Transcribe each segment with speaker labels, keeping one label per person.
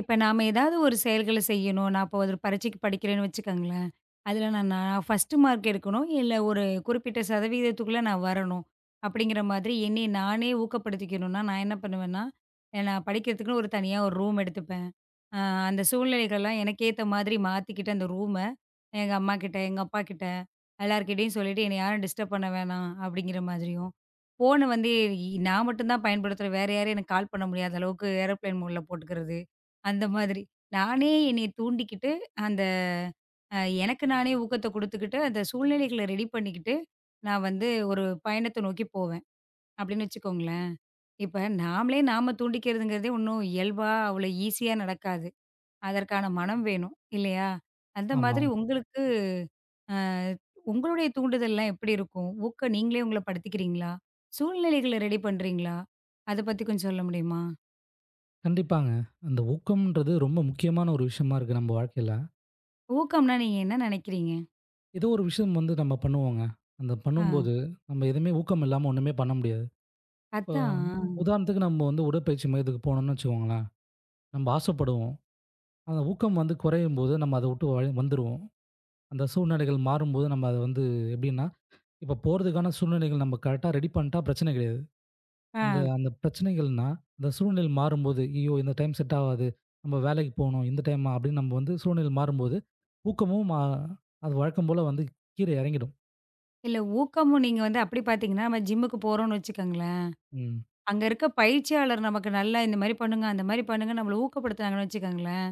Speaker 1: இப்ப நாம ஏதாவது ஒரு செயல்கள செய்யணும். நான் இப்போ ஒரு பரீட்சைக்கு படிக்கிறேன்னு வச்சுக்கங்களேன். அதில நான் நான் ஃபர்ஸ்ட் மார்க் எடுக்கணும். இல்ல ஒரு குறிப்பிட்ட சதவீதத்துக்குள்ள நான் வரணும். அப்படிங்கிற மாதிரி என்னை நானே ஊக்கப்படுத்திக்கணும்னா, நான் என்ன பண்ணுவேன்னா, நான் படிக்கிறதுக்குன்னு ஒரு தனியா ஒரு ரூம் எடுத்துப்பேன். அ அந்த சூழ்நிலைகள்லாம் எனக்கு ஏத்த மாதிரி மாத்திக்கிட்டு அந்த ரூம, எங்க அம்மாகிட்ட, எங்க அப்பாகிட்ட எல்லார்கிட்டயும் சொல்லிட்டு, என்னை யாரும் டிஸ்டர்ப் பண்ண வேணாம் அப்படிங்கிற மாதிரியும், ஃபோன வந்து நான் மட்டும் தான் பயன்படுத்துறேன். வேற யாரும் எனக்கு கால் பண்ண முடியாத அளவுக்கு ஏரோப்ளேன் மோட்ல போட்டுக்கிறது. அந்த மாதிரி. நானே என்னைய தூண்டிக்கிட்டு, அந்த அ எனக்கு நானே ஊக்கத்த குடுத்துக்கிட்டு, அந்த சூழ்நிலைகள ரெடி பண்ணிக்கிட்டு, நான் வந்து ஒரு பயணத்த நோக்கி போவேன், அப்படின்னு வச்சுக்கோங்களேன். இப்ப நாமளே நாம தூண்டிக்கிறதுங்கிறதே ஒண்ணும் இயல்பா அவ்வளோ ஈஸியா நடக்காது. அதற்கான மனம் வேணும், இல்லையா? அந்த
Speaker 2: ஆமா.
Speaker 1: மாதிரி உங்களுக்கு அ உங்களுடைய தூண்டுதல்லாம் எப்படி இருக்கும்? ஊக்கம் நீங்களே உங்கள படுத்திக்கிறீங்களா? சூழ்நிலைகள ரெடி பண்றீங்களா? அத பத்தி கொஞ்சம் சொல்ல முடியுமா?
Speaker 2: கண்டிப்பாங்க. அந்த ஊக்கம்ன்றது ரொம்ப முக்கியமான ஒரு விஷயமா இருக்கு நம்ம வாழ்க்கையில.
Speaker 1: ஊக்கம்னா நீங்க என்ன நெனைக்கிறீங்க?
Speaker 2: ஏதோ ஒரு விஷயம் வந்து நம்ம பண்ணுவோங்க. அந்த
Speaker 1: ஆ.
Speaker 2: பண்ணும்போது, நம்ம எதுவுமே ஊக்கம் இல்லாம ஒண்ணுமே பண்ண முடியாது. இப்போ
Speaker 1: அதான்.
Speaker 2: உதாரணத்துக்கு நம்ம வந்து உடற்பயிற்சி மையத்துக்கு போனோம்னு வச்சுக்கோங்களேன். நம்ம ஆசைப்படுவோம். அந்த ஊக்கம் வந்து குறையும்போது நம்ம அத விட்டு வந்துருவோம். அந்த சூழ்நிலைகள் மாறும்போது நம்ம அத வந்து எப்படின்னா, இப்போ போறதுக்கான சூழ்நிலைகள் நம்ம கரெக்ட்டா ரெடி பண்ணிட்டா பிரச்சனை கிடையாது.
Speaker 1: ஆ.
Speaker 2: அந்த அந்த பிரச்சனைகள்னா, அந்த சூழ்நிலை மாறும்போது, "ஐயோ! இந்த டைம் செட் ஆவாது. நம்ம வேலைக்கு போணும். இந்த டைமா?" அப்படின்னு நம்ம வந்து சூழ்நிலை மாறும்போது, ஊக்கமும் அது வழக்கம் போல வந்து கீழ இறங்கிடும்.
Speaker 1: இல்ல ஊக்கமும் நீங்க வந்து அப்படி பார்த்தீங்கன்னா, நம்ம ஜிம்முக்கு போறோம்ன்னு வச்சுக்கோங்களேன்,
Speaker 2: ம்.
Speaker 1: அங்க இருக்க பயிற்சியாளர் நமக்கு நல்லா இந்த மாரி பண்ணுங்க, அந்த மாரி பண்ணுங்க நம்மள ஊக்கப்படுத்துனாங்கன்னு வச்சுக்கோங்களேன்,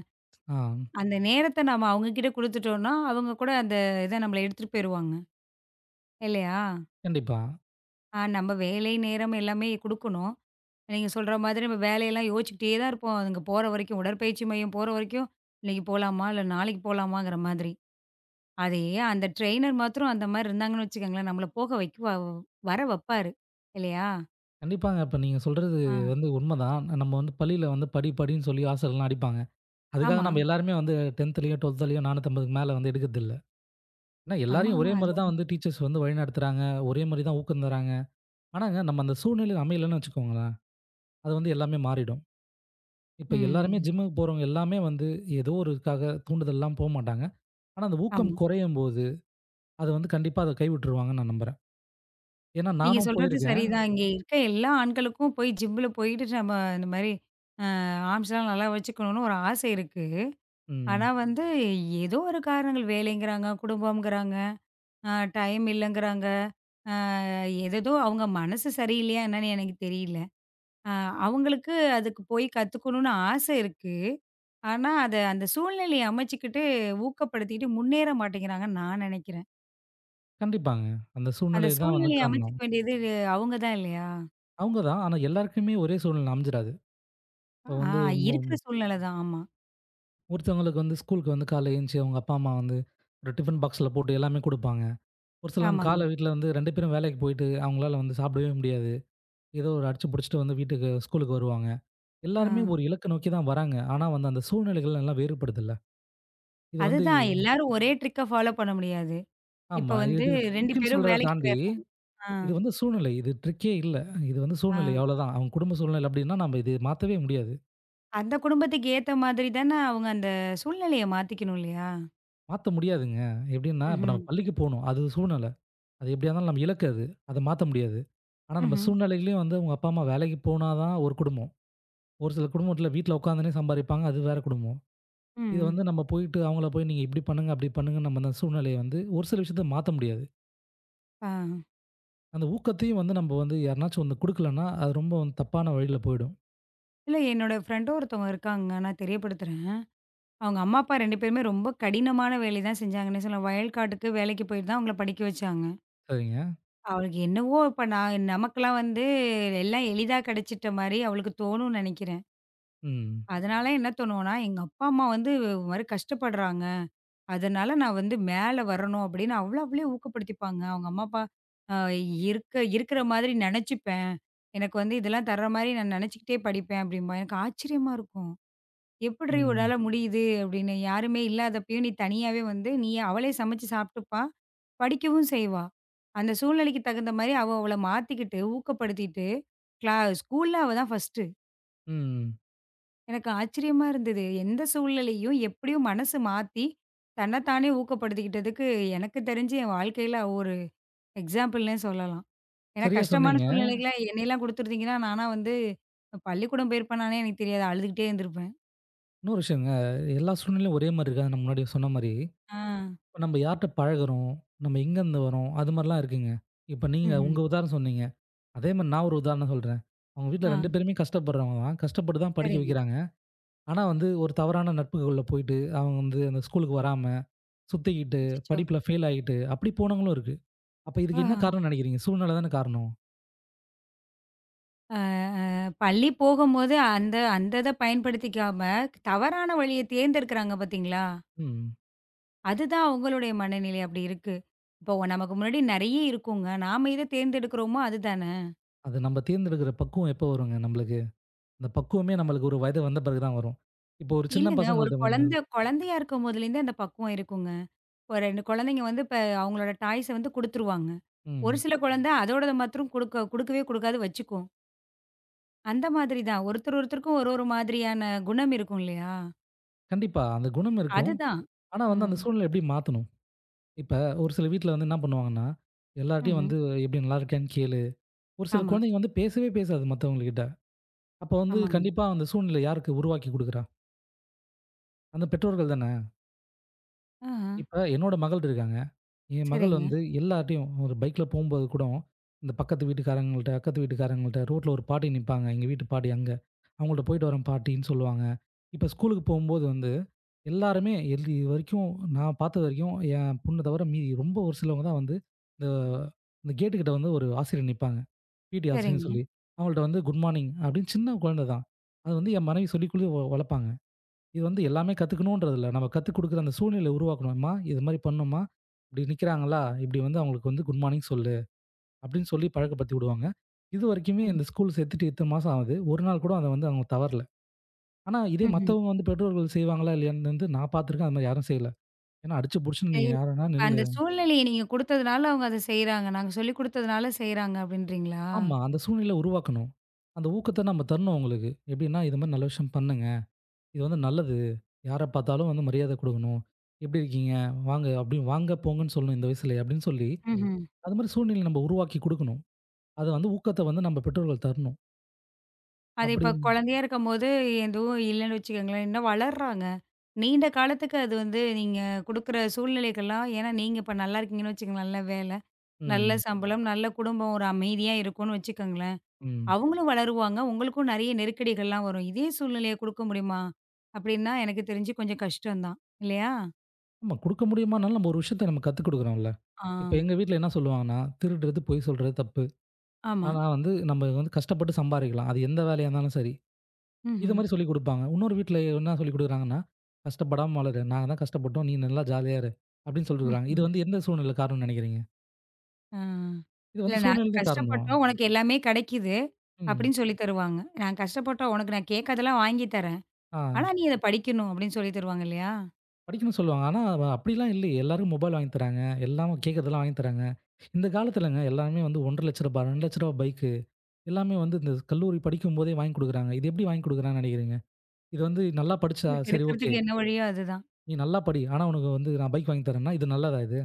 Speaker 2: ஆ.
Speaker 1: அந்த நேரத்த நம்ம அவங்க கிட்ட குடுத்துட்டோம்னா, அவங்க கூட அந்த இத நம்மள எடுத்துட்டு போயிருவாங்க. இல்லையா?
Speaker 2: கண்டிப்பா.
Speaker 1: ஆ நம்ம வேலை, நேரம் எல்லாமே குடுக்கணும். நீங்க சொல்ற மாதிரி நம்ம வேலையெல்லாம் யோசிச்சுக்கிட்டே தான் இருப்போம். அங்க போற வரைக்கும் உடற்பயிற்சி மையம் போற வரைக்கும், இன்னைக்கு போலாமா? இல்ல நாளைக்கு போலாமாங்கிற மாதிரி. அதே அந்த ட்ரெய்னர் மாத்திரம் அந்த மாரி இருந்தாங்கன்னு வச்சுக்கோங்களேன், நம்மள போக வைக்குவா வர வப்பாரு. இல்லையா?
Speaker 2: கண்டிப்பாங்க. இப்ப நீங்க சொல்றது
Speaker 1: ஆ.
Speaker 2: வந்து உண்மதான். நம்ம வந்து பள்ளியில வந்து படி, படின்னு சொல்லி ஆசிரியர்கள்லாம் அடிப்பாங்க. அதுக்காக
Speaker 1: ஆமா.
Speaker 2: நம்ம எல்லாருமே வந்து 10த்லயோ, 12த்லயோ 450க்கு மேல வந்து எடுக்கறதில்ல. ஏன்னா, எல்லாரையும்
Speaker 1: ஆமாமா.
Speaker 2: ஒரே மாரி தான்
Speaker 1: அதுவும்
Speaker 2: வந்து டீச்சர்ஸ் வந்து வழிநடத்துறாங்க. ஒரே மாரி தான் ஊக்கம் தராங்க. ஆனாங்க, நம்ம அந்த சூழ்நிலை அமையலன்னு வச்சுக்கோங்களேன், அது வந்து எல்லாமே மாறிடும். இப்ப எல்லாருமே
Speaker 1: ம்.
Speaker 2: ஜிம்முக்கு போறவங்க எல்லாமே வந்து ஏதோ ஒருக்காக தூண்டுதல்லாம் போ மாட்டாங்க. ஆனா, அந்த
Speaker 1: ஆமா.
Speaker 2: ஊக்கம் குறையும்போது, அது வந்து கண்டிப்பா அத கைவிட்டுருவாங்கன்னு நான் நம்புறேன். ஏன்னா
Speaker 1: நீங்க
Speaker 2: நானும்
Speaker 1: சொல்றது
Speaker 2: போயிருக்கேன்.
Speaker 1: சரிதான். இங்க இருக்க எல்லா ஆண்களுக்கும் போய் ஜிம்ல போயிட்டு நம்ம இந்த மாரி ஆர்ம்ஸ்லாம் நல்லா வச்சுக்கணும்னு ஒரு ஆசை இருக்கு. ஆனா
Speaker 2: ம்.
Speaker 1: வந்து ஏதோ ஒரு காரணங்கள் வேலைங்கிறாங்க, குடும்பம்ங்கிறாங்க, அ டைம் இல்லங்கிறாங்க. ஏதேதோ அவங்க மனசு சரியில்லையா என்னன்னு எனக்கு தெரியல. அ அவங்களுக்கு அதுக்கு போய் கத்துக்கணும்னு ஆசை இருக்கு. ஆனா அத அந்த சூழ்நிலைய அமைச்சுக்கிட்டு, ஊக்கப்படுத்திக்கிட்டு முன்னேற மாட்டேங்கிறாங்கன்னு நான் நெனைக்கிறேன்.
Speaker 2: கண்டிப்பாங்க. அந்த
Speaker 1: அந்த
Speaker 2: சூழ்நிலை தான் வந்து
Speaker 1: சூழ்நிலைய அமைச்சுக்க
Speaker 2: காரணம்.
Speaker 1: வேண்டியது அவங்க தான் இல்லையா?
Speaker 2: அவங்க தான். ஆனா எல்லாருக்குமே ஒரே சூழ்நிலை அமைஞ்சிராது. இப்போ
Speaker 1: ஆ
Speaker 2: வந்து மு
Speaker 1: இருக்கிற சூழ்நிலை தான். ஆமா.
Speaker 2: ஒருத்தவங்களுக்கு வந்து ஸ்கூலுக்கு வந்து காலைல எந்திச்சு அவங்க அப்பா, அம்மா வந்து ஒரு டிஃபன் பாக்ஸ்ல போட்டு எல்லாமே குடுப்பாங்க. ஒரு சிலவங்க
Speaker 1: ஆமாங்க.
Speaker 2: கால வீட்ல வந்து 2 பேரும் வேலைக்கு போயிட்டு அவங்களால வந்து சாப்பிடவே முடியாது. ஏதோ ஒரு அடிச்சு புடிச்சுட்டு வந்து வீட்டுக்கு ஸ்கூலுக்கு வருவாங்க.
Speaker 1: ஆ.
Speaker 2: எல்லாருமே ஒரு இலக்க நோக்கி தான் வராங்க. ஆனா வந்து அந்த சூழ்நிலைகள் எல்லாம் வேறுபடுதுல்ல. இது வந்து
Speaker 1: அதுதான் எல்லாரும் ஒரே ட்ரிக்க ஃபாலோ பண்ண முடியாது. இப்ப
Speaker 2: ஆமா.
Speaker 1: வந்து
Speaker 2: இது
Speaker 1: 2
Speaker 2: ட்ரிக்குன்னு
Speaker 1: பேரும்
Speaker 2: சொல்றத
Speaker 1: வேலைக்கு
Speaker 2: தாண்டி,
Speaker 1: போயிடுறாங்க. ஆ,
Speaker 2: இது வந்து சூழ்நிலை. இது ட்ரிக்கே இல்ல. இது வந்து
Speaker 1: ஆ.
Speaker 2: சூழ்நிலை அவ்வளோதான். அவங்க குடும்ப சூழ்நிலை அப்டின்னா நம்ம இது மாத்தவே முடியாது.
Speaker 1: அந்த குடும்பத்துக்கு ஏத்த மாதிரி தானே அவங்க அந்த சூழ்நிலைய மாத்திக்கணும் இல்லையா?
Speaker 2: மாத்த முடியாதுங்க. எப்டின்னா, இப்ப
Speaker 1: ம்ஹ்ம்.
Speaker 2: நம்ம பள்ளிக்கு போணும். அது சூழ்நிலை. அது எப்டியா இருந்தாலும் நம்ம இலக்கு அது. அத மாத்த முடியாது. ஆனா நம்ம
Speaker 1: ம்ஹ்ம்.
Speaker 2: சூழ்நிலையிலயும் வந்து அவங்க அப்பா, அம்மா வேலைக்கு போனா தான் ஒரு குடும்பம். ஒரு சில குடும்பத்தில வீட்ல உட்காந்துனே சம்பாரிப்பாங்க. அது வேற குடும்பம். இது
Speaker 1: ம்.
Speaker 2: வந்து நம்ம போயிட்டு அவங்கள போய் நீங்க இப்டி பண்ணுங்க, அப்டி பண்ணுங்கன்னு நம்ம அந்த சூழ்நிலைய வந்து ஒரு சில விஷயத்த மாத்த முடியாது.
Speaker 1: ஆ.
Speaker 2: அந்த ஊக்கத்தையும் வந்து நம்ம வந்து யாருனாச்சும் வந்து குடுக்கலன்னா, அது ரொம்ப வந்து தப்பான வழியில போயிடும்.
Speaker 1: இல்ல என்னோட ஃப்ரெண்டும் ஒருத்தவங்க இருக்காங்க. நான் தெரியப்படுத்துறேன். அவங்க அம்மா, அப்பா 2 பேருமே ரொம்ப கடினமான வேலை தான் செஞ்சாங்கன்னே சொல்லலாம். வயல்காட்டுக்கு வேலைக்கு போய் தான் அவங்கள படிக்க வச்சாங்க.
Speaker 2: சரிங்க.
Speaker 1: அவளுக்கு என்னவோ இப்ப நான் நமக்கெல்லாம் வந்து எல்லாம் எளிதா கிடைச்சிட்ட மாரி அவளுக்கு தோணும்னு நினைக்கிறேன்.
Speaker 2: ம்.
Speaker 1: அதனால என்ன தோணும்னா, எங்க அப்பா, அம்மா வந்து ஒரு மாரி கஷ்டப்படுறாங்க. அதனால நான் வந்து மேல வரணும் அப்படின்னு அவள அவளே ஊக்கப்படுத்திப்பாங்க. அவங்க அம்மா, அப்பா அ இருக்க இருக்கிற மாதிரி நெனச்சுப்பேன். எனக்கு வந்து இதெல்லாம் தர்ற மாரி நான் நெனச்சுக்கிட்டே படிப்பேன் அப்படிம்பா. எனக்கு ஆச்சரியமா இருக்கும். "எப்புட்ரி
Speaker 2: ம்.
Speaker 1: உன்னால முடியுது?" அப்படின்னு. யாருமே இல்லாதப்பயும் நீ தனியாவே வந்து நீ அவளே சமைச்சு சாப்ட்டுப்பா, படிக்கவும் செய்வா. அந்த சூழ்நிலைக்கு தகுந்த மாரி அவ அவள மாத்திக்கிட்டு, ஊக்கப்படுத்திட்டு, கிளா ஸ்கூல்ல அவ தான் ஃபர்ஸ்ட்.
Speaker 2: ம்.
Speaker 1: எனக்கு ஆச்சரியமா இருந்தது. எந்த சூழ்நிலையும் எப்படியோ மனசு மாத்தி, தன்னத்தானே ஊக்கப்படுத்திக்கிட்டதுக்கு, எனக்கு தெரிஞ்சு என் வாழ்க்கையில ஒரு எக்ஸாம்பிள்னே சொல்லலாம். ஏன்னா
Speaker 2: சரியா
Speaker 1: கஷ்டமான
Speaker 2: சொன்னீங்க.
Speaker 1: சூழ்நிலைகள என்னையெல்லாம் குடுத்துருந்தீங்கன்னா, நானா வந்து பள்ளிக்கூடம் போயிருப்பேனானே எனக்கு தெரியாது. அழுதுகிட்டே இருந்திருப்பேன்.
Speaker 2: இன்னொரு விஷயங்க, எல்லா சூழ்நிலையும் ஒரே மாரி இருக்காது. நான் முன்னாடி சொன்ன மாரி.
Speaker 1: ஆ.
Speaker 2: இப்ப நம்ம யார்ட்ட பழகுறோம், நம்ம எங்கேருந்து வரோம், அது மாரிலாம் இருக்குங்க. இப்ப நீங்க
Speaker 1: ம்ஹ்ம்.
Speaker 2: உங்க உதாரணம் சொன்னீங்க. அதே மாரி நான் ஒரு உதாரணம் சொல்றேன். அவங்க வீட்ல
Speaker 1: ஆ
Speaker 2: 2 பேருமே கஷ்டப்படுறவங்க தான். கஷ்டப்பட்டு தான் படிக்க
Speaker 1: சரிங்க.
Speaker 2: வைக்கிறாங்க. ஆனா வந்து ஒரு தவறான நட்புகள்ல போயிட்டு, அவங்க வந்து அந்த ஸ்கூலுக்கு வராம, சுத்திக்கிட்டு,
Speaker 1: அச்சச்சோ!
Speaker 2: படிப்புல ஃபெயில் ஆயிட்டு, அப்படி போனவங்களும் இருக்கு. அப்ப
Speaker 1: ஆ
Speaker 2: இதுக்கு என்ன காரணம்னு நெனைக்கிறீங்க? சூழ்நிலை தானே காரணம்.
Speaker 1: அ அ பள்ளி போகும்போது அந்த அந்த இத பயன்படுத்திக்காம, தவறான வழிய தேர்ந்தெடுக்கிறாங்க பார்த்தீங்களா?
Speaker 2: ம்.
Speaker 1: அதுதான் அவங்களுடைய மனநிலை அப்படி இருக்கு. இப்போ நமக்கு முன்னாடி நெறைய இருக்குங்க. நாம எத தேர்ந்தெடுக்கிறோமோ அதுதான.
Speaker 2: அது நம்ம தேர்ந்தெடுக்கிற பக்குவம் எப்போ வருங்க நம்மளுக்கு? அந்த பக்குவமே நம்மளுக்கு ஒரு வயது வந்த பிறகு தான் வரும். இப்போ ஒரு சின்ன
Speaker 1: இல்லங்க ஒரு
Speaker 2: பசங்கள்ட்ட வந்து
Speaker 1: குழந்தை குழந்தையா இருக்கும் போதுலேருந்தே அந்த பக்குவம் இருக்குங்க. ஒரு 2 குழந்தைங்க வந்து இப்ப அவங்களோட டாய்ஸ வந்து குடுத்துருவாங்க. ஒரு
Speaker 2: ம்.
Speaker 1: சில குழந்தை அதோடத மாத்திரம் குடுக்க குடுக்கவே குடுக்காது வச்சுக்கும். அந்த மாதிரி தான். ஒருத்தர் ஒருத்தருக்கும் ஒரு ஒரு மாதிரியான குணம் இருக்கும் இல்லையா?
Speaker 2: கண்டிப்பா. அந்த குணம் இருக்கும்.
Speaker 1: அதுதான்.
Speaker 2: ஆனா வந்து
Speaker 1: ம்.
Speaker 2: அந்த சூழ்நிலை எப்படி மாத்தணும்? இப்ப ஒரு சில வீட்ல வந்து என்ன பண்ணுவாங்கன்னா, எல்லார்ட்டயும்
Speaker 1: ம்ஹ்ம்.
Speaker 2: வந்து "எப்படி நல்லா இருக்கியான்னு கேளு." ஒரு சில
Speaker 1: ஆமா.
Speaker 2: குழந்தைங்க வந்து பேசவே பேசாது மத்தவங்ககிட்ட. அப்ப வந்து
Speaker 1: ஆமாமா.
Speaker 2: கண்டிப்பா அந்த சூழ்நிலை யாருக்கு உருவாக்கி குடுக்குறா? அந்த பெற்றோர்கள் தானே.
Speaker 1: ஆஹ.
Speaker 2: இப்ப என்னோட மகள் இருக்காங்க. என் மகள்
Speaker 1: சரிங்க,
Speaker 2: வந்து எல்லார்ட்டயும் ஒரு பைக்ல போம்போது கூட, இந்த பக்கத்து வீட்டுக்காரங்கள்ட்ட, அக்கத்து வீட்டுக்காரங்கள்ட்ட ரோட்ல ஒரு பாட்டி நிப்பாங்க. எங்க வீட்டு பாட்டி அங்க. அவங்கள்ட்ட போயிட்டு வரேன் பாட்டின்னு சொல்லுவாங்க. இப்ப ஸ்கூலுக்கு போம்போது வந்து, எல்லாருமே இது வரைக்கும் நான் பாத்தது வரைக்கும் என் பொண்ண தவிர மீதி ரொம்ப ஒரு சிலவங்க தான் வந்து, இந்த இந்த கேட்டு கிட்ட வந்து ஒரு ஆசிரியர் நிப்பாங்க. பிடி ஆசிரியர்ன்னு
Speaker 1: சரிங்க.
Speaker 2: சொல்லி. அவங்கள்ட்ட வந்து குட் மார்னிங் அப்படின்னு சின்ன குழந்தை தான். அது வந்து என் மனைவி சொல்லிக் குடுத்து வளர்ப்பாங்க. இது வந்து எல்லாமே கத்துக்கணுன்றது இல்ல. நம்ம கத்துக் குடுக்குற அந்த சூழ்நிலைய உருவாக்கணும். "அம்மா, இது மாரி பண்ணும்மா. இப்படி நிக்கிறாங்களா, இப்படி வந்து அவங்களுக்கு வந்து குட் மார்னிங் சொல்லு." அப்படின்னு சொல்லி பழக்கப்படுத்தி விடுவாங்க. இதுவரைக்குமே
Speaker 1: ம்.
Speaker 2: இந்த ஸ்கூல் சேர்த்துட்டு இத்தன மாசம் ஆகுது. ஒரு நாள் கூட அத வந்து அவங்க தவறல. ஆனா இதே
Speaker 1: ம்ஹ்ம்.
Speaker 2: மத்தவங்க வந்து பெற்றோர்கள் செய்வாங்களா இல்லையான்னு வந்து நான் பார்த்துருக்கேன். அது மாரி யாரும் செய்யல. ஏன்னா அடிச்சு புடிச்சுன்னு "நீ
Speaker 1: சரி.
Speaker 2: யாருன்னா
Speaker 1: இப்ப
Speaker 2: நில்லு."
Speaker 1: அந்த சூழ்நிலைய நீங்க குடுத்ததுனால அவங்க அத செய்றாங்க. நாங்க சொல்லிக் குடுத்ததுனால செய்றாங்க அப்படின்றீங்களா?
Speaker 2: ஆமா. அந்த சூழ்நிலைய உருவாக்கணும். அந்த ஊக்கத்த நம்ம தரணும் அவங்களுக்கு. எப்படின்னா, "இது மாரி நல்ல விஷயம் பண்ணுங்க. இது வந்து நல்லது. யார பார்த்தாலும் வந்து மரியாதை குடுக்கணும். எப்படி இருக்கீங்க? வாங்க." அப்படின்னு "வாங்க, போங்கன்னு" சொல்லணும் இந்த வயசுலயே அப்படின்னு சொல்லி
Speaker 1: ம்ஹ்ம்.
Speaker 2: அது மாரி சூழ்நிலை நம்ம உருவாக்கி குடுக்கணும். அது வந்து ஊக்கத்த வந்து நம்ம பெற்றோர்கள் தரணும்.
Speaker 1: அது
Speaker 2: அப்படி
Speaker 1: இப்ப குழந்தையா இருக்கும்போது எதுவும் இல்லன்னு வச்சுக்கோங்களேன், இன்னும் வளர்றாங்க. நீண்ட காலத்துக்கு அது வந்து நீங்க குடுக்குற சூழ்நிலைகள்லாம் ஏன்னா நீங்க இப்ப நல்லா இருக்கீங்கன்னு வச்சுக்கோங்களேன், நல்ல வேலை, நல்ல
Speaker 2: ம்,
Speaker 1: சம்பளம், நல்ல குடும்பம், ஒரு அமைதியா இருக்கும்னு வச்சுக்கோங்களேன்.
Speaker 2: ம்.
Speaker 1: அவங்களும் வளருவாங்க, உங்களுக்கும் நெறைய நெருக்கடிகள்லாம் வரும். இதே சூழ்நிலைய குடுக்க முடியுமா? அப்படின்னா எனக்கு தெரிஞ்சு கொஞ்சம் கஷ்டம் தான். இல்லையா?
Speaker 2: ஆமா குடுக்க முடியுமானாலும் நம்ம ஒரு விஷயத்த நம்ம கத்துக் குடுக்குறோம்ல.
Speaker 1: ஆ.
Speaker 2: இப்ப எங்க வீட்ல என்ன சொல்லுவாங்கன்னா, திருடுறது, பொய் சொல்றது தப்பு.
Speaker 1: ஆமா.
Speaker 2: ஆனா வந்து நம்ம வந்து கஷ்டப்பட்டு சம்பாரிக்கலாம். அது எந்த வேலையா இருந்தாலும் சரி. இது
Speaker 1: ம்ஹ்ம்.
Speaker 2: மாரி சொல்லிக் குடுப்பாங்க. இன்னொரு வீட்ல என்ன சொல்லிக் குடுக்குறாங்கன்னா, கஷ்டப்படாம வளரு. நாங்க தான் கஷ்டப்பட்டோம். நீ நல்லா ஜாலியா இரு. அப்படின்னு சொல்லிருக்காங்க. இது
Speaker 1: ம்ஹ்ம்.
Speaker 2: வந்து எந்த சூழ்நிலை காரணம்னு நெனைக்கிறீங்க?
Speaker 1: ஆ.
Speaker 2: இது
Speaker 1: இல்ல
Speaker 2: வந்து
Speaker 1: நாங்க
Speaker 2: சூழ்நிலை தான் காரணம்.
Speaker 1: கஷ்டப்பட்டோம், உனக்கு எல்லாமே கிடைக்குது.
Speaker 2: ம்.
Speaker 1: அப்படின்னு சொல்லி தருவாங்க. நான் கஷ்டப்பட்டோம், உனக்கு நான் கேட்காதெல்லாம் வாங்கி தரேன்.
Speaker 2: ஆ.
Speaker 1: ஆனா நீ இத படிக்கணும் அப்படின்னு சொல்லி தருவாங்க இல்லையா?
Speaker 2: படிக்கணும்னு சொல்லுவாங்க. ஆனா, அவ அப்படிலாம் இல்லையே! எல்லாருக்கும் மொபைல் வாங்கி தராங்க. எல்லாம் கேட்கறதெல்லாம் வாங்கி தராங்க. இந்த காலத்துலங்க எல்லாமே வந்து ரூ. 1,50,000 ரூ. 2,00,000 பைக்கு எல்லாமே வந்து இந்த கல்லூரி படிக்கும்போதே வாங்கி குடுக்குறாங்க. இது எப்படி வாங்கி குடுக்குறாங்கன்னு நெனைக்கிறீங்க? இது வந்து நல்லா படிச்சா,
Speaker 1: உங்களுக்கு
Speaker 2: சரி ஓகே.
Speaker 1: எடுக்கிறதுக்கு என்ன வழியோ அதுதான்.
Speaker 2: நீ நல்லா படி. ஆனா, உனக்கு வந்து நான் பைக் வாங்கி தரேன்னா, இது நல்லதா இது?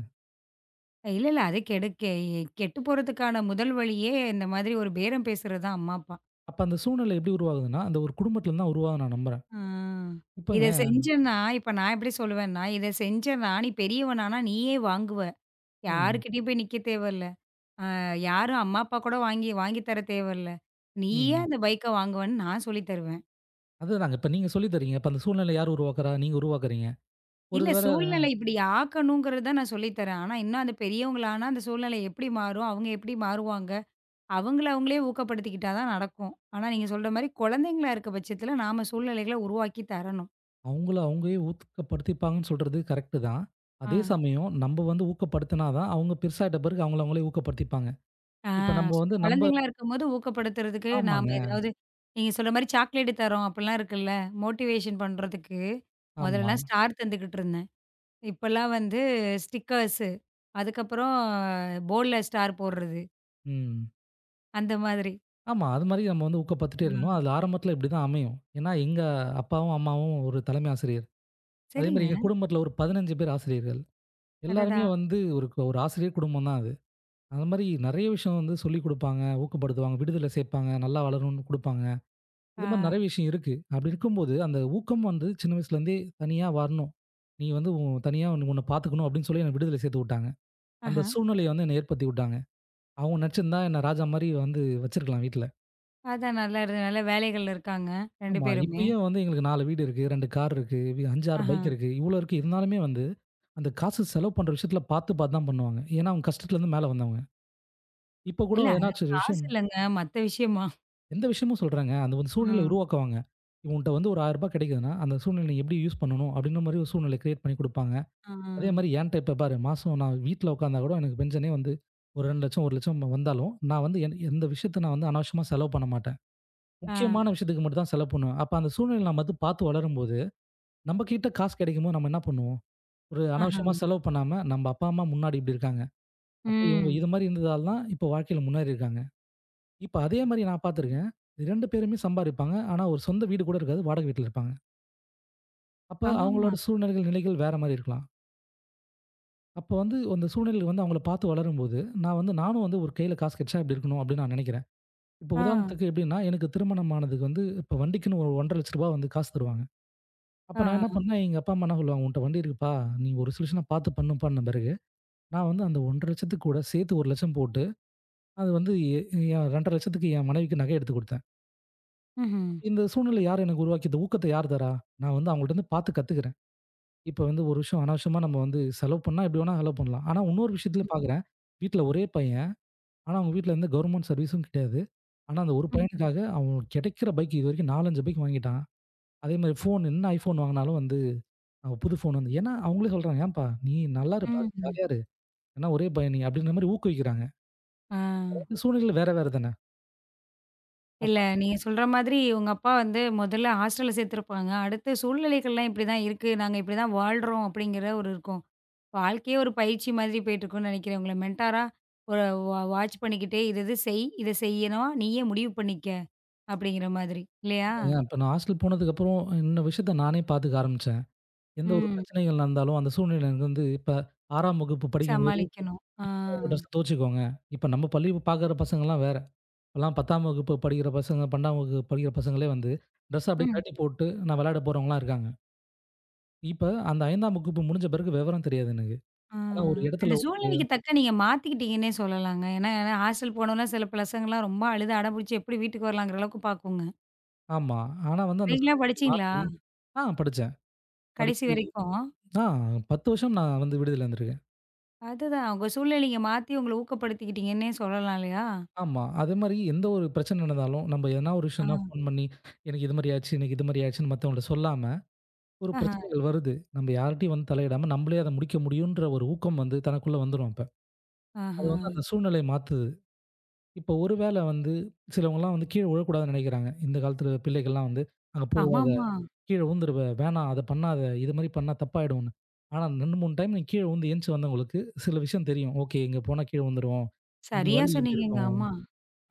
Speaker 1: இல்ல, இல்ல அது கெடு கெ கெட்டு போறதுக்கான முதல் வழியே இந்த மாதிரி ஒரு பேரம் பேசுறது தான் அம்மா, அப்பா.
Speaker 2: அப்ப அந்த சூழ்நிலை எப்படி உருவாகுதுன்னா, அந்த ஒரு குடும்பத்துலருந்து தான் உருவாகுதுன்னு நான் நம்புறேன்.
Speaker 1: ஆ. இத
Speaker 2: இப்பங்க
Speaker 1: செஞ்சேன்னா இப்ப நான் எப்படி சொல்லுவேன்னா, இத செஞ்சேன்னா நீ பெரியவனானா நீயே வாங்குவ.
Speaker 2: ம்,
Speaker 1: யார்கிட்டயும் போய் நிக்க தேவையில்ல. யாரும் அம்மா, அப்பா கூட வாங்கி வாங்கி தர தேவையில்ல. நீயே
Speaker 2: ம்.
Speaker 1: அந்த பைக்க வாங்குவன்னு நான் சொல்லி தருவேன்.
Speaker 2: அதுதாங்க. இப்ப நீங்க சொல்லி தர்றீங்க. அப்ப அந்த சூழ்நிலை யார் உருவாக்குறா? நீங்க உருவாக்குறீங்க. ஒரு
Speaker 1: இல்ல
Speaker 2: வேள
Speaker 1: சூழ்நிலை இப்படி ஆக்கணுங்கிறது தான் நான் சொல்லி தரேன். ஆனா இன்னும் அந்த பெரியவங்களானா அந்த சூழ்நிலை எப்படி மாறும்? அவங்க எப்படி மாறுவாங்க? அவங்கள அவங்களே ஊக்கப்படுத்திக்கிட்டா தான் நடக்கும். ஆனா நீங்க சொல்ற மாரி குழந்தைங்களா இருக்க பட்சத்துல நாம சூழ்நிலைகள உருவாக்கி தரணும்.
Speaker 2: அவங்கள அவங்களே ஊக்கப்படுத்திப்பாங்கன்னு சொல்றது கரெக்ட்டு தான்.
Speaker 1: ஆ.
Speaker 2: அதே சமயம் நம்ம வந்து ஊக்கப்படுத்தினா தான், அவங்க பெருசாயிட்ட பிறகு அவங்கள அவங்களே ஊக்கப்படுத்திப்பாங்க.
Speaker 1: ஆ
Speaker 2: இப்ப நம்ம வந்து
Speaker 1: குழந்தைங்களா இருக்கும்போது ஊக்கப்படுத்துறதுக்கு நாம
Speaker 2: ஆமாங்க.
Speaker 1: ஏதாவது நீங்க சொல்ற மாரி சாக்லேட் தரோம் அப்படிலாம் இருக்குல்ல. மோட்டிவேஷன் பண்றதுக்கு
Speaker 2: ஆமா.
Speaker 1: முதல்லலாம் ஸ்டார் தந்துகிட்டு இருந்தேன். இப்பலாம் வந்து ஸ்டிக்கர்ஸு அதுக்கப்புறம் போர்ட்ல ஸ்டார் போடுறது
Speaker 2: ம்.
Speaker 1: அந்த மாதிரி.
Speaker 2: ஆமா. அது மாரி நம்ம வந்து ஊக்கப்படுத்திட்டே இருக்கணும்.
Speaker 1: ஆ
Speaker 2: அது ஆரம்பத்தில இப்படிதான் அமையும். ஏன்னா எங்க அப்பாவும், அம்மாவும் ஒரு தலைமை ஆசிரியர். அதே மாரி
Speaker 1: சரிங்க.
Speaker 2: எங்க குடும்பத்தில ஒரு 15 பேர் ஆசிரியர்கள்.
Speaker 1: அடடா!
Speaker 2: எல்லாருமே வந்து ஒரு ஒரு ஆசிரியர் குடும்பம் தான் அது. அது மாரி நெறைய விஷயம் வந்து சொல்லிக் குடுப்பாங்க, ஊக்கப்படுத்துவாங்க, விடுதியில சேர்ப்பாங்க, நல்லா வளரணும்னு குடுப்பாங்க.
Speaker 1: ஆ,
Speaker 2: இது மாரி நெறைய விஷயம் இருக்கு. அப்படி இருக்கும்போது, அந்த ஊக்கம் வந்து சின்ன வயசுலேருந்தே தனியா வரணும். நீ வந்து தனியா உன்ன பார்த்துக்கணும் அப்படின்னு சொல்லி என்ன விடுதியில சேர்த்து வுட்டாங்க. அந்த
Speaker 1: ஆஹா.
Speaker 2: சூழ்நிலைய வந்து என்ன ஏற்படுத்தி வுட்டாங்க. அவங்க நெனச்சிருந்தா என்ன ராஜா மாரி வந்து வச்சிருக்கலாம் வீட்ல.
Speaker 1: அதான் நல்லா இரு நல்ல வேலைகள்ல இருக்காங்க 2
Speaker 2: ஆமா,
Speaker 1: பேருமே.
Speaker 2: இப்பயும் வந்து எங்களுக்கு 4 வீடு இருக்கு, 2 கார் இருக்கு, 5, 6
Speaker 1: ஆஹா.
Speaker 2: பைக் இருக்கு. இவ்வளோ இருக்கு. இருந்தாலுமே வந்து அந்த காசு செலவு பண்ற விஷயத்துல பார்த்து பார்த்து தான் பண்ணுவாங்க. ஏன்னா அவங்க கஷ்டத்துலேருந்து மேல வந்தவங்க. இப்ப கூட
Speaker 1: இல்ல அது
Speaker 2: என்னாச்சு ஒரு
Speaker 1: காசு
Speaker 2: விஷயம்
Speaker 1: இல்லங்க. மத்த விஷயமா?
Speaker 2: எந்த விஷயமும் சொல்றேங்க. அந்த ஒரு சூழ்நிலைய
Speaker 1: ம்.
Speaker 2: உருவாக்குவாங்க. உன்ட்ட வந்து ஒரு ரூ. 1000 கிடைக்குதுன்னா, அந்த சூழ்நிலைய நீ எப்படி யூஸ் பண்ணணும் அப்படின்ற மாரி ஒரு சூழ்நிலைய கிரியேட் பண்ணி குடுப்பாங்க.
Speaker 1: ஆ.
Speaker 2: அதே மாரி என்ட்ட இப்ப பாரு, மாசம் நான் வீட்ல உட்கார்ந்தா கூட எனக்கு பென்ஷனே வந்து ஒரு 2,00,000, 1,00,000 வந்தாலும், நான் வந்து என் எந்த விஷயத்த நான் வந்து அனாவசியமா செலவு பண்ண மாட்டேன்.
Speaker 1: ஆ.
Speaker 2: முக்கியமான விஷயத்துக்கு மட்டும் தான் செலவு பண்ணுவேன். அப்ப அந்த சூழ்நிலையில நம்ம வந்து பார்த்து வளரும்போது, நம்ம கிட்ட காசு கிடைக்கும்போது நம்ம என்ன பண்ணுவோம்? ஒரு
Speaker 1: ஆஹா.
Speaker 2: அனாவசியமா செலவு பண்ணாம, நம்ம அப்பா, அம்மா முன்னாடி இப்படி இருக்காங்க. அப்ப இவங்க
Speaker 1: ம்.
Speaker 2: இது மாரி இருந்ததால தான் இப்ப வாழ்க்கையில முன்னேறி இருக்காங்க. இப்ப அதே மாரி நான் பார்த்திருக்கேன். 2 பேருமே சம்பாரிப்பாங்க. ஆனா ஒரு சொந்த வீடு கூட இருக்காது. வாடகை வீட்ல இருப்பாங்க. அப்ப
Speaker 1: ஆமாமா.
Speaker 2: அவங்களோட சூழ்நிலைகள், நிலைகள் வேற மாரி இருக்கலாம். அப்ப வந்து அந்த சூழ்நிலையில வந்து அவங்கள பார்த்து வளரும்போது, நான் வந்து நானும் வந்து ஒரு கையில காசு கெடைச்சா இப்டி இருக்கணும் அப்டின்னு நான் நெனைக்கிறேன். இப்போ
Speaker 1: ஆ.
Speaker 2: உதாரணத்துக்கு எப்டின்னா, எனக்கு திருமணம் ஆனதுக்கு வந்து இப்போ வண்டிக்குன்னு ஒரு ரூ. 1.5 லட்ச ரூபா வந்து காசு தருவாங்க. அப்ப நான் என்ன
Speaker 1: ஆ.
Speaker 2: பண்ணேன், எங்க அப்பா, அம்மா என்ன சொல்லுவாங்க, "உன்ட்ட வண்டி இருக்குப்பா, நீ ஒரு சொல்யூஷனா பார்த்து பண்ணுப்பான்ன" பிறகு, நான் வந்து அந்த 1.5 லட்சத்துக்கு கூட சேர்த்து 1 லட்சம் போட்டு, அது வந்து என் 2.5 லட்சத்துக்கு என் மனைவிக்கு நகை எடுத்து குடுத்தேன்.
Speaker 1: ம்ஹ்ம்.
Speaker 2: இந்த சூழ்நிலை யார் எனக்கு உருவாக்கி, இந்த ஊக்கத்த யார் தர்றா? நான் வந்து அவங்கள்ட்டருந்து பார்த்து கத்துக்கிறேன். இப்போ வந்து ஒரு விஷயம் அனாவசியமா நம்ம வந்து செலவு பண்ணா எப்டி வேணா செலவு பண்ணலாம். ஆனா, இன்னொரு விஷயத்துல
Speaker 1: ம்.
Speaker 2: பார்க்குறேன், வீட்ல ஒரே பையன். ஆனா, அவங்க வீட்ல எந்த கவர்மெண்ட் சர்வீஸும் கிடையாது. ஆனா, அந்த ஒரு பையனுக்காக அவன் கிடைக்கிற பைக் இதுவரைக்கும் 4, 5 பைக் வாங்கிட்டான். அதே மாரி ஃபோன் என்ன iPhone வாங்குனாலும் வந்து புது ஃபோன் வந்து ஏன்னா, அவங்களே சொல்றாங்க, "ஏன்பா நீ நல்லா இருப்பா,
Speaker 1: ம். ம்.
Speaker 2: ஜாலியா இரு. ஏன்னா ஒரே பையன் நீ" அப்படின்ற மாரி ஊக்குவிக்கிறாங்க.
Speaker 1: ஆ.
Speaker 2: இந்த சூழ்நிலை வேற வேற தானே.
Speaker 1: இல்ல,
Speaker 2: அப்ப
Speaker 1: நீங்க சொல்ற மாதிரி உங்க அப்பா வந்து முதல்ல ஹாஸ்டல்ல சேர்த்துருப்பாங்க. அடுத்து சூழ்நிலைகள்லாம் இப்படிதான் இருக்கு. நாங்க இப்படிதான் வாழ்றோம் அப்படிங்கிற ஒரு இருக்கும். வாழ்க்கையே ஒரு பயிற்சி மாதிரி போயிட்டுருக்குன்னு நினைக்கிறேன். உங்கள மென்டாரா ஒரு வாட்ச் பண்ணிக்கிட்டே, "இது இது செய், இத செய்யணும். நீயே முடிவு பண்ணிக்க." அப்படிங்கிற மாதிரி. இல்லையா?
Speaker 2: ஏன் இப்ப நான் ஹாஸ்டல் போனதுக்கப்புறம் இந்த விஷயத்த நானே பாத்துக்க ஆரம்பிச்சேன். எந்த ஒரு
Speaker 1: ம்.
Speaker 2: பிரச்சனைகள் நடந்தாலும் அந்த சூழ்நிலை எனக்கு வந்து இப்ப 6ஆம் வகுப்பு படிக்கும்போது,
Speaker 1: சமாளிக்கணும். ஆ.
Speaker 2: "நீங்களே உங்க ட்ரெஸ்ஸ துவச்சுக்கோங்க." இப்ப நம்ம பள்ளி பாக்குற பசங்கலாம் வேற. இப்பலாம் 10ஆம் வகுப்பு படிக்கிற பசங்க, 12ஆம் வகுப்பு படிக்கிற பசங்களே வந்து, ட்ரெஸ் அப்படியே
Speaker 1: ம்.
Speaker 2: கழட்டி போட்டு, நான் விளையாட போறவங்கலாம் இருக்காங்க. இப்ப அந்த 5ஆம் வகுப்பு முடிஞ்ச பிறகு விவரம் தெரியாது எனக்கு.
Speaker 1: ஆ.
Speaker 2: ஆனா ஒரு
Speaker 1: அந்த
Speaker 2: இடத்துல உட்டு
Speaker 1: சூழ்நிலைக்கு தக்க நீங்க மாத்திக்கிட்டீங்கன்னே சொல்லலாங்க. ஏன்னா ஹாஸ்டல் போனோனே சில பசங்கலாம் ரொம்ப அழுது அடம் பிடிச்சு எப்படி வீட்டுக்கு வரலாங்கிற அளவுக்கு பாக்குங்க.
Speaker 2: ஆமா. ஆனா வந்து அந்த
Speaker 1: நீங்களா
Speaker 2: ஸ்கூல்
Speaker 1: படிச்சீங்களா?
Speaker 2: மாத்தி ஆ, படிச்சேன்.
Speaker 1: கடைசி
Speaker 2: படிச்சு
Speaker 1: வரைக்கும்.
Speaker 2: ஆ, 10 வருஷம் நான் வந்து விடுதில இருந்திருக்கேன்.
Speaker 1: அதுதான் உங்க சூழ்நிலைய மாத்தி உங்கள ஊக்கப்படுத்திக்கிட்டீங்கன்னே சொல்லலாம் இல்லையா?
Speaker 2: ஆமா. அதேமாரி எந்த ஒரு பிரச்சனை நடந்தாலும், நம்ம எதனா ஒரு
Speaker 1: ஆ.
Speaker 2: விஷயம்னா ஃபோன் பண்ணி, எனக்கு இது மாரி ஆச்சு, எனக்கு இது மாரி ஆச்சுன்னு மத்தவங்கள்ட்ட சொல்லாம, ஒரு
Speaker 1: ஆஹா,
Speaker 2: பிரச்சனைகள் வருது. நம்ம யார்ட்டயும் வந்து தலையிடாம, நம்மளே அத முடிக்க முடியுன்ற ஒரு ஊக்கம் வந்து தனக்குள்ள வந்துரும் அப்ப. அது
Speaker 1: ஆஹா.
Speaker 2: வந்து அந்த சூழ்நிலைய மாத்துது. இப்போ ஒரு வேளை வந்து சிலவங்கலாம் வந்து கீழ விழக்கூடாதுன்னு நெனைக்கிறாங்க. இந்த காலத்துல பிள்ளைகள்லாம் வந்து, "அங்க போவாத,
Speaker 1: ஆமாமா.
Speaker 2: கீழ விழுந்துருவ, வேணாம் அத பண்ணாத, இது மாரி பண்ணா தப்பாயிடும்ன்னு." ஆனா 2, 3 டைம் நீங்க கீழ விழுந்து எந்திச்சு வந்தவங்களுக்கு சில விஷயம் தெரியும். "ஓகே. இங்க போனா கீழ விழுந்துருவோம். இந்த
Speaker 1: சரியா
Speaker 2: வலி இப்படி
Speaker 1: சொன்னீங்கங்க.
Speaker 2: இருக்கும்."
Speaker 1: ஆமா.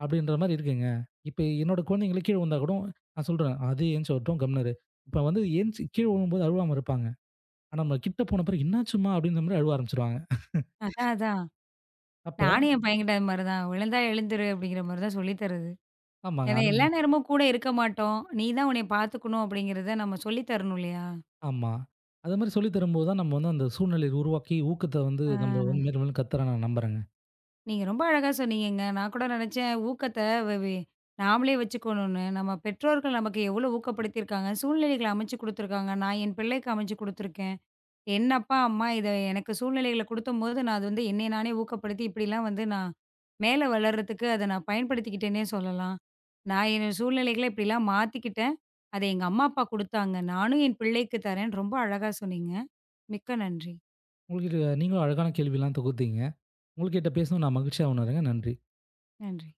Speaker 2: அப்படின்ற மாரி இருக்குங்க. இப்ப என்னோட குழந்தைங்களே கீழ விழுந்தா கூட நான் சொல்றேன், "அது எந்திச்சு வரட்டும், கம்முனு இரு." இப்ப வந்து எந்திச்சு கீழ விழும்போது அழுவாம இருப்பாங்க. ஆனா நம்ம கிட்ட போன பிறகு, "என்னாச்சும்மா?" அப்படின்ற மாரி அழுவ ஆரம்பிச்சுருவாங்க.
Speaker 1: அதான், அதான்.
Speaker 2: அப்ப
Speaker 1: நானும் என் பையன்கிட்ட அது மாரி தான். "விழுந்தா எழுந்துரு" அப்படிங்கிற மாரி தான் சொல்லி தர்றது.
Speaker 2: ஆமாங்க.
Speaker 1: ஏன்னா எல்லா நேரமும் கூட இருக்க மாட்டோம். "நீ தான் உன்னைய பார்த்துக்கணும்" அப்படிங்கிறத நம்ம சொல்லி தரணும் இல்லையா?
Speaker 2: ஆமா. அது மாரி சொல்லி தரும்போது தான் நம்ம வந்து அந்த சூழ்நிலைய உருவாக்கி, ஊக்கத்த வந்து நம்ம
Speaker 1: ஆ.
Speaker 2: வந்து மேலும் மேலும் கத்துறேன் நான் நம்புறேங்க.
Speaker 1: நீங்க ரொம்ப அழகா சொன்னீங்கங்க. நான் கூட நெனச்சேன் ஊக்கத்த வ வே நாமளே வச்சுக்கணும்னு. நம்ம பெற்றோர்கள் நமக்கு எவ்வளோ ஊக்கப்படுத்தியிருக்காங்க, சூழ்நிலைகள அமைச்சு குடுத்துருக்காங்க. நான் என் பிள்ளைக்கு அமைச்சு குடுத்துருக்கேன். என் அப்பா, அம்மா இத எனக்கு சூழ்நிலைகள குடுத்தம்போது, நான் அது வந்து என்னைய நானே ஊக்கப்படுத்தி, இப்படிலாம் வந்து நான் மேல வளர்றதுக்கு அத நான் பயன்படுத்திக்கிட்டேன்னே சொல்லலாம். நான் என்னோட சூழ்நிலைகள இப்படிலாம் மாத்திக்கிட்டேன். அத எங்க அம்மா, அப்பா குடுத்தாங்க. நானும் என் பிள்ளைக்கு தரேன். ரொம்ப அழகா சொன்னீங்க. மிக்க நன்றி.
Speaker 2: உங்ககிட்ட நீங்களும் அழகான கேள்விலாம் தொகுத்தீங்க. உங்கள்கிட்ட பேசினது நான் மகிழ்ச்சியா உணர்றேங்க. நன்றி.
Speaker 1: நன்றி.